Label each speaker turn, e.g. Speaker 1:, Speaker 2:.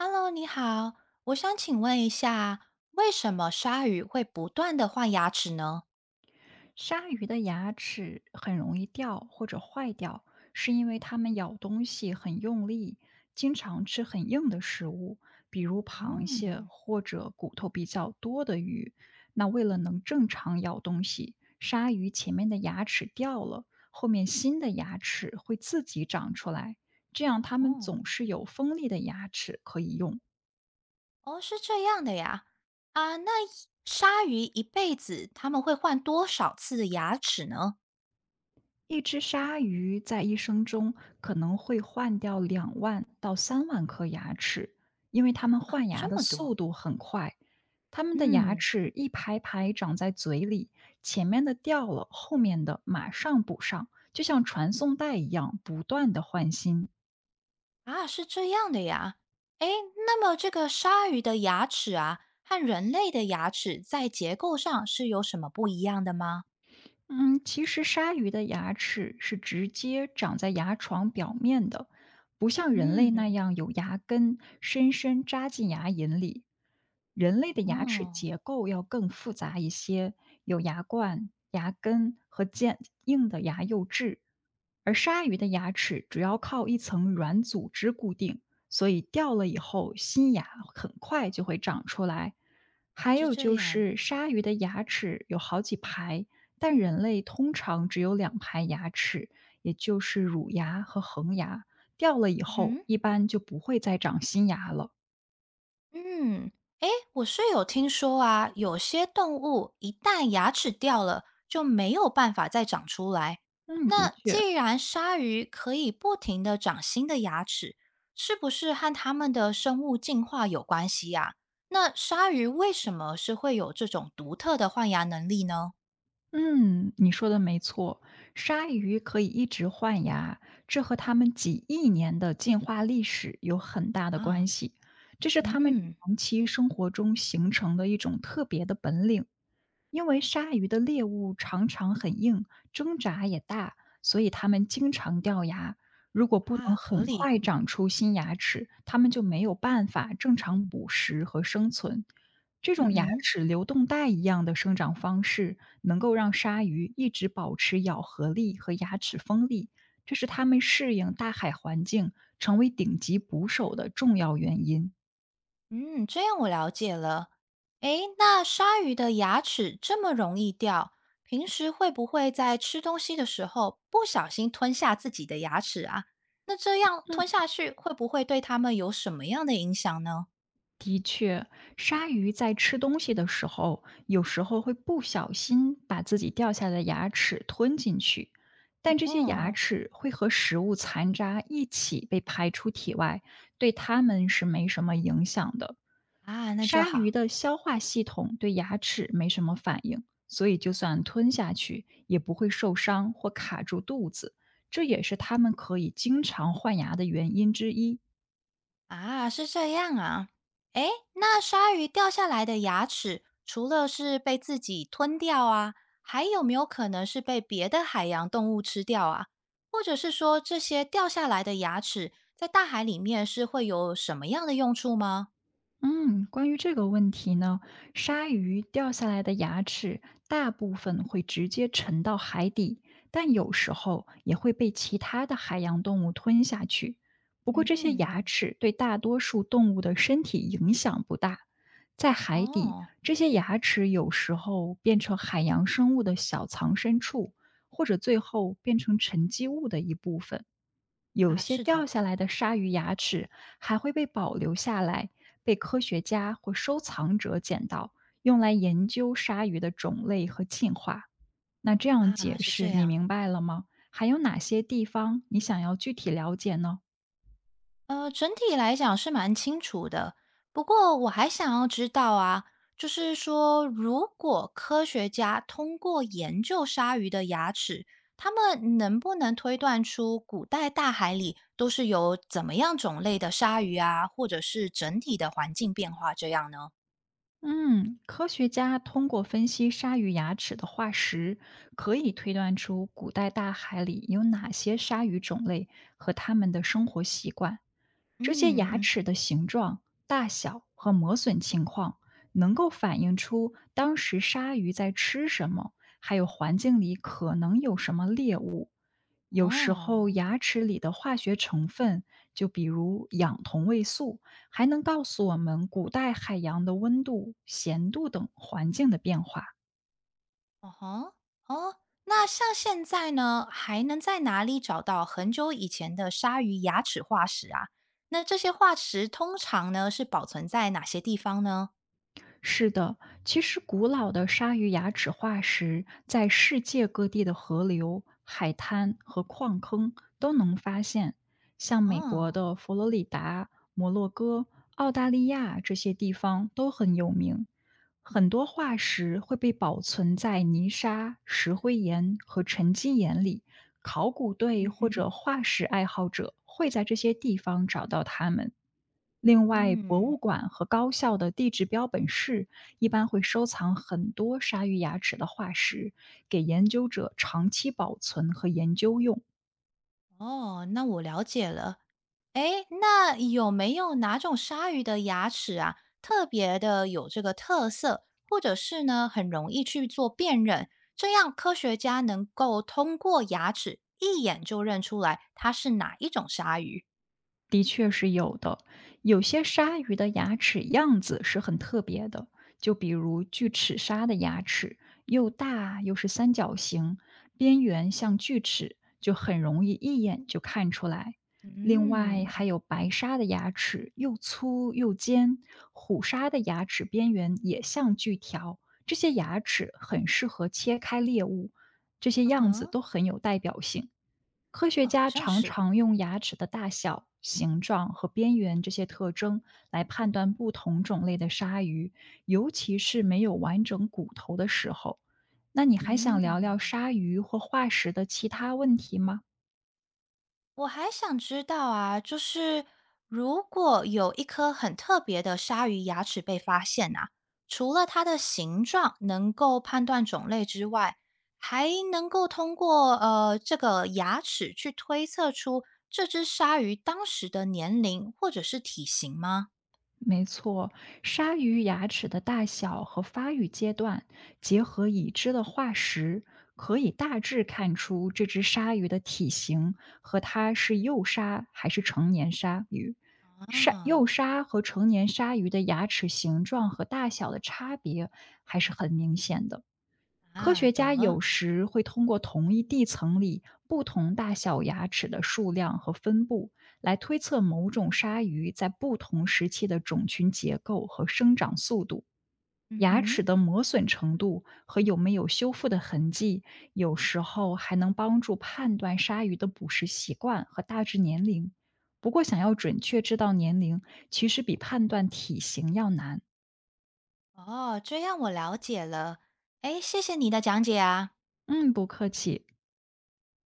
Speaker 1: Hello，你好，我想请问一下，为什么鲨鱼会不断的换牙齿呢？
Speaker 2: 鲨鱼的牙齿很容易掉或者坏掉，是因为它们咬东西很用力，经常吃很硬的食物，比如螃蟹
Speaker 1: 嗯。
Speaker 2: 或者骨头比较多的鱼。那为了能正常咬东西，鲨鱼前面的牙齿掉了，后面新的牙齿会自己长出来，这样它们
Speaker 1: 哦，
Speaker 2: 总是有锋利的牙齿可以用。
Speaker 1: 哦，是这样的呀。啊，那一鲨鱼一辈子他们会换多少次的牙齿呢？
Speaker 2: 一只鲨鱼在一生中可能会换掉2万到3万颗牙齿，因为它们
Speaker 1: 哇，
Speaker 2: 换牙
Speaker 1: 这
Speaker 2: 的
Speaker 1: 么
Speaker 2: 速
Speaker 1: 多。
Speaker 2: 度很快。它们的牙
Speaker 1: 嗯。
Speaker 2: 齿一排排长在嘴里，前面的掉了，后面的马上补上，就像传送带一样，不断的换新。
Speaker 1: 啊，是这样的呀。诶，那么这个鲨鱼的牙齿啊，和人类的牙齿在结构上是有什么不一样的吗？
Speaker 2: 嗯，其实鲨鱼的牙齿是直接长在牙床表面的，不像人类那
Speaker 1: 嗯。
Speaker 2: 样有牙根深深扎进牙龈里。人类的牙齿
Speaker 1: 哦，
Speaker 2: 结构要更复杂一些，有牙冠、牙根和坚硬的牙釉质，而鲨鱼的牙齿主要靠一层软组织固定，所以掉了以后，新牙很快就会长出来。还
Speaker 1: 是
Speaker 2: 有
Speaker 1: 这
Speaker 2: 就
Speaker 1: 样的。
Speaker 2: 是鲨鱼的牙齿有好几排，但人类通常只有两排牙齿，也就是乳牙和恒牙。掉了以
Speaker 1: 嗯
Speaker 2: 后，
Speaker 1: 哼。
Speaker 2: 一般就不会再长新牙了。
Speaker 1: 嗯。诶，我是有听说啊，有些动物一旦牙齿掉了，就没有办法再长出来。
Speaker 2: 嗯，的
Speaker 1: 那
Speaker 2: 确，
Speaker 1: 既然鲨鱼可以不停的长新的牙齿，是不是和它们的生物进化有关系呀？那鲨鱼为什么是会有这种独特的换牙能力呢？
Speaker 2: 嗯，你说的没错，鲨鱼可以一直换牙，这和它们几亿年的进化历史有很大的
Speaker 1: 啊。
Speaker 2: 关系。这是它们
Speaker 1: 嗯。
Speaker 2: 长期生活中形成的一种特别的本领。因为鲨鱼的猎物常常很硬，挣扎也大，所以它们经常掉牙。如果不
Speaker 1: 啊，
Speaker 2: 能
Speaker 1: 合
Speaker 2: 很
Speaker 1: 理。
Speaker 2: 快长出新牙齿，它们就没有办法正常捕食和生存。这
Speaker 1: 嗯
Speaker 2: 种牙
Speaker 1: 哼。
Speaker 2: 齿流动带一样的生长方式，能够让鲨鱼一直保持咬合力和牙齿锋利，这是它们适应大海环境、成为顶级捕手的重要原因。
Speaker 1: 嗯，这样我了解了。诶，那鲨鱼的牙齿这么容易掉，平时会不会在吃东西的时候不小心吞下自己的牙齿啊？那这样
Speaker 2: 嗯。
Speaker 1: 吞下去会不会对它们有什么样的影响呢？
Speaker 2: 的确，鲨鱼在吃东西的时候，有时候会不小心把自己掉下的牙齿吞进去，但这些牙
Speaker 1: 嗯。
Speaker 2: 齿会和食物残渣一起被排出体外，对它们是没什么影响的。
Speaker 1: 啊，那就
Speaker 2: 鲨鱼
Speaker 1: 好。
Speaker 2: 的消化系统对牙齿没什么反应，所以就算吞下去也不会受伤或卡住肚子，这也是它们可以经常换牙的原因之一。
Speaker 1: 啊，是这样啊。诶，那鲨鱼掉下来的牙齿，除了是被自己吞掉啊，还有没有可能是被别的海洋动物吃掉啊？或者是说，这些掉下来的牙齿在大海里面是会有什么样的用处吗？
Speaker 2: 嗯，关于这个问题呢，鲨鱼掉下来的牙齿大部分会直接沉到海底，但有时候也会被其他的海洋动物吞下去。不过这些牙
Speaker 1: 嗯。
Speaker 2: 齿对大多数动物的身体影响不大。在海底，
Speaker 1: 哦。
Speaker 2: 这些牙齿有时候变成海洋生物的小藏身处，或者最后变成沉积物的一部分。有
Speaker 1: 啊，
Speaker 2: 些
Speaker 1: 是
Speaker 2: 掉
Speaker 1: 的。
Speaker 2: 下来的鲨鱼牙齿还会被保留下来，被科学家或收藏者捡到，用来研究鲨鱼的种类和进化。那这样
Speaker 1: 啊，
Speaker 2: 解
Speaker 1: 是这
Speaker 2: 释你
Speaker 1: 样。
Speaker 2: 明白了吗？还有哪些地方你想要具体了解呢？
Speaker 1: 整体来讲是蛮清楚的，不过我还想要知道啊，就是说，如果科学家通过研究鲨鱼的牙齿，他们能不能推断出古代大海里都是有怎么样种类的鲨鱼啊，或者是整体的环境变化这样呢？
Speaker 2: 嗯，科学家通过分析鲨鱼牙齿的化石，可以推断出古代大海里有哪些鲨鱼种类和它们的生活习惯。这些牙
Speaker 1: 嗯。
Speaker 2: 齿的形状、大小和磨损情况，能够反映出当时鲨鱼在吃什么，还有环境里可能有什么猎物。有时候，
Speaker 1: 哦。
Speaker 2: 牙齿里的化学成分，就比如氧同位素，还能告诉我们古代海洋的温度、咸度等环境的变化。
Speaker 1: 哦吼，哦，那像现在呢，还能在哪里找到很久以前的鲨鱼牙齿化石啊？那这些化石通常呢是保存在哪些地方呢？
Speaker 2: 是的，其实古老的鲨鱼牙齿化石在世界各地的河流、海滩和矿坑都能发现，像美国
Speaker 1: 哦。
Speaker 2: 的佛罗里达、摩洛哥、澳大利亚这些地方都很有名。很多化石会被保存在泥沙、石灰岩和沉积岩里，考古队
Speaker 1: 嗯
Speaker 2: 或者
Speaker 1: 哼。
Speaker 2: 化石爱好者会在这些地方找到它们。另外，博
Speaker 1: 嗯。
Speaker 2: 物馆和高校的地质标本室一般会收藏很多鲨鱼牙齿的化石，给研究者长期保存和研究用。
Speaker 1: 哦，那我了解了。诶，那有没有哪种鲨鱼的牙齿啊，特别的有这个特色，或者是呢，很容易去做辨认，这样科学家能够通过牙齿一眼就认出来它是哪一种鲨鱼？
Speaker 2: 的确是有的，有些鲨鱼的牙齿样子是很特别的，就比如锯齿鲨的牙齿又大又是三角形，边缘像锯齿，就很容易一眼就看出来。另外
Speaker 1: 嗯。
Speaker 2: 还有白鲨的牙齿又粗又尖，虎鲨的牙齿边缘也像锯条，这些牙齿很适合切开猎物，这些
Speaker 1: 嗯
Speaker 2: 样子
Speaker 1: 哼。
Speaker 2: 都很有代表性。科学
Speaker 1: 嗯，好
Speaker 2: 家
Speaker 1: 像
Speaker 2: 常
Speaker 1: 是。
Speaker 2: 常用牙齿的大小、形状和边缘这些特征来判断不同种类的鲨鱼，尤其是没有完整骨头的时候。那你还
Speaker 1: 嗯。
Speaker 2: 想聊聊鲨鱼或化石的其他问题吗？
Speaker 1: 我还想知道啊，就是如果有一颗很特别的鲨鱼牙齿被发现啊，除了它的形状能够判断种类之外，还能够通过这个牙齿去推测出这只鲨鱼当时的年龄或者是体型吗？
Speaker 2: 没错，鲨鱼牙齿的大小和发育阶段，结合已知的化石，可以大致看出这只鲨鱼的体型和它是幼鲨还是成年鲨鱼。鲨
Speaker 1: 啊。
Speaker 2: 幼鲨和成年鲨鱼的牙齿形状和大小的差别还是很明显的。科
Speaker 1: 啊，
Speaker 2: 学
Speaker 1: 懂
Speaker 2: 家有
Speaker 1: 了。
Speaker 2: 时会通过同一地层里不同大小牙齿的数量和分布，来推测某种鲨鱼在不同时期的种群结构和生长速度。
Speaker 1: 嗯
Speaker 2: 牙
Speaker 1: 哼。
Speaker 2: 齿的磨损程度和有没有修复的痕迹，有时候还能帮助判断鲨鱼的捕食习惯和大致年龄。不过，想要准确知道年龄，其实比判断体型要难。
Speaker 1: 哦，这样我了解了。哎，谢谢你的讲解啊。
Speaker 2: 嗯，不客气。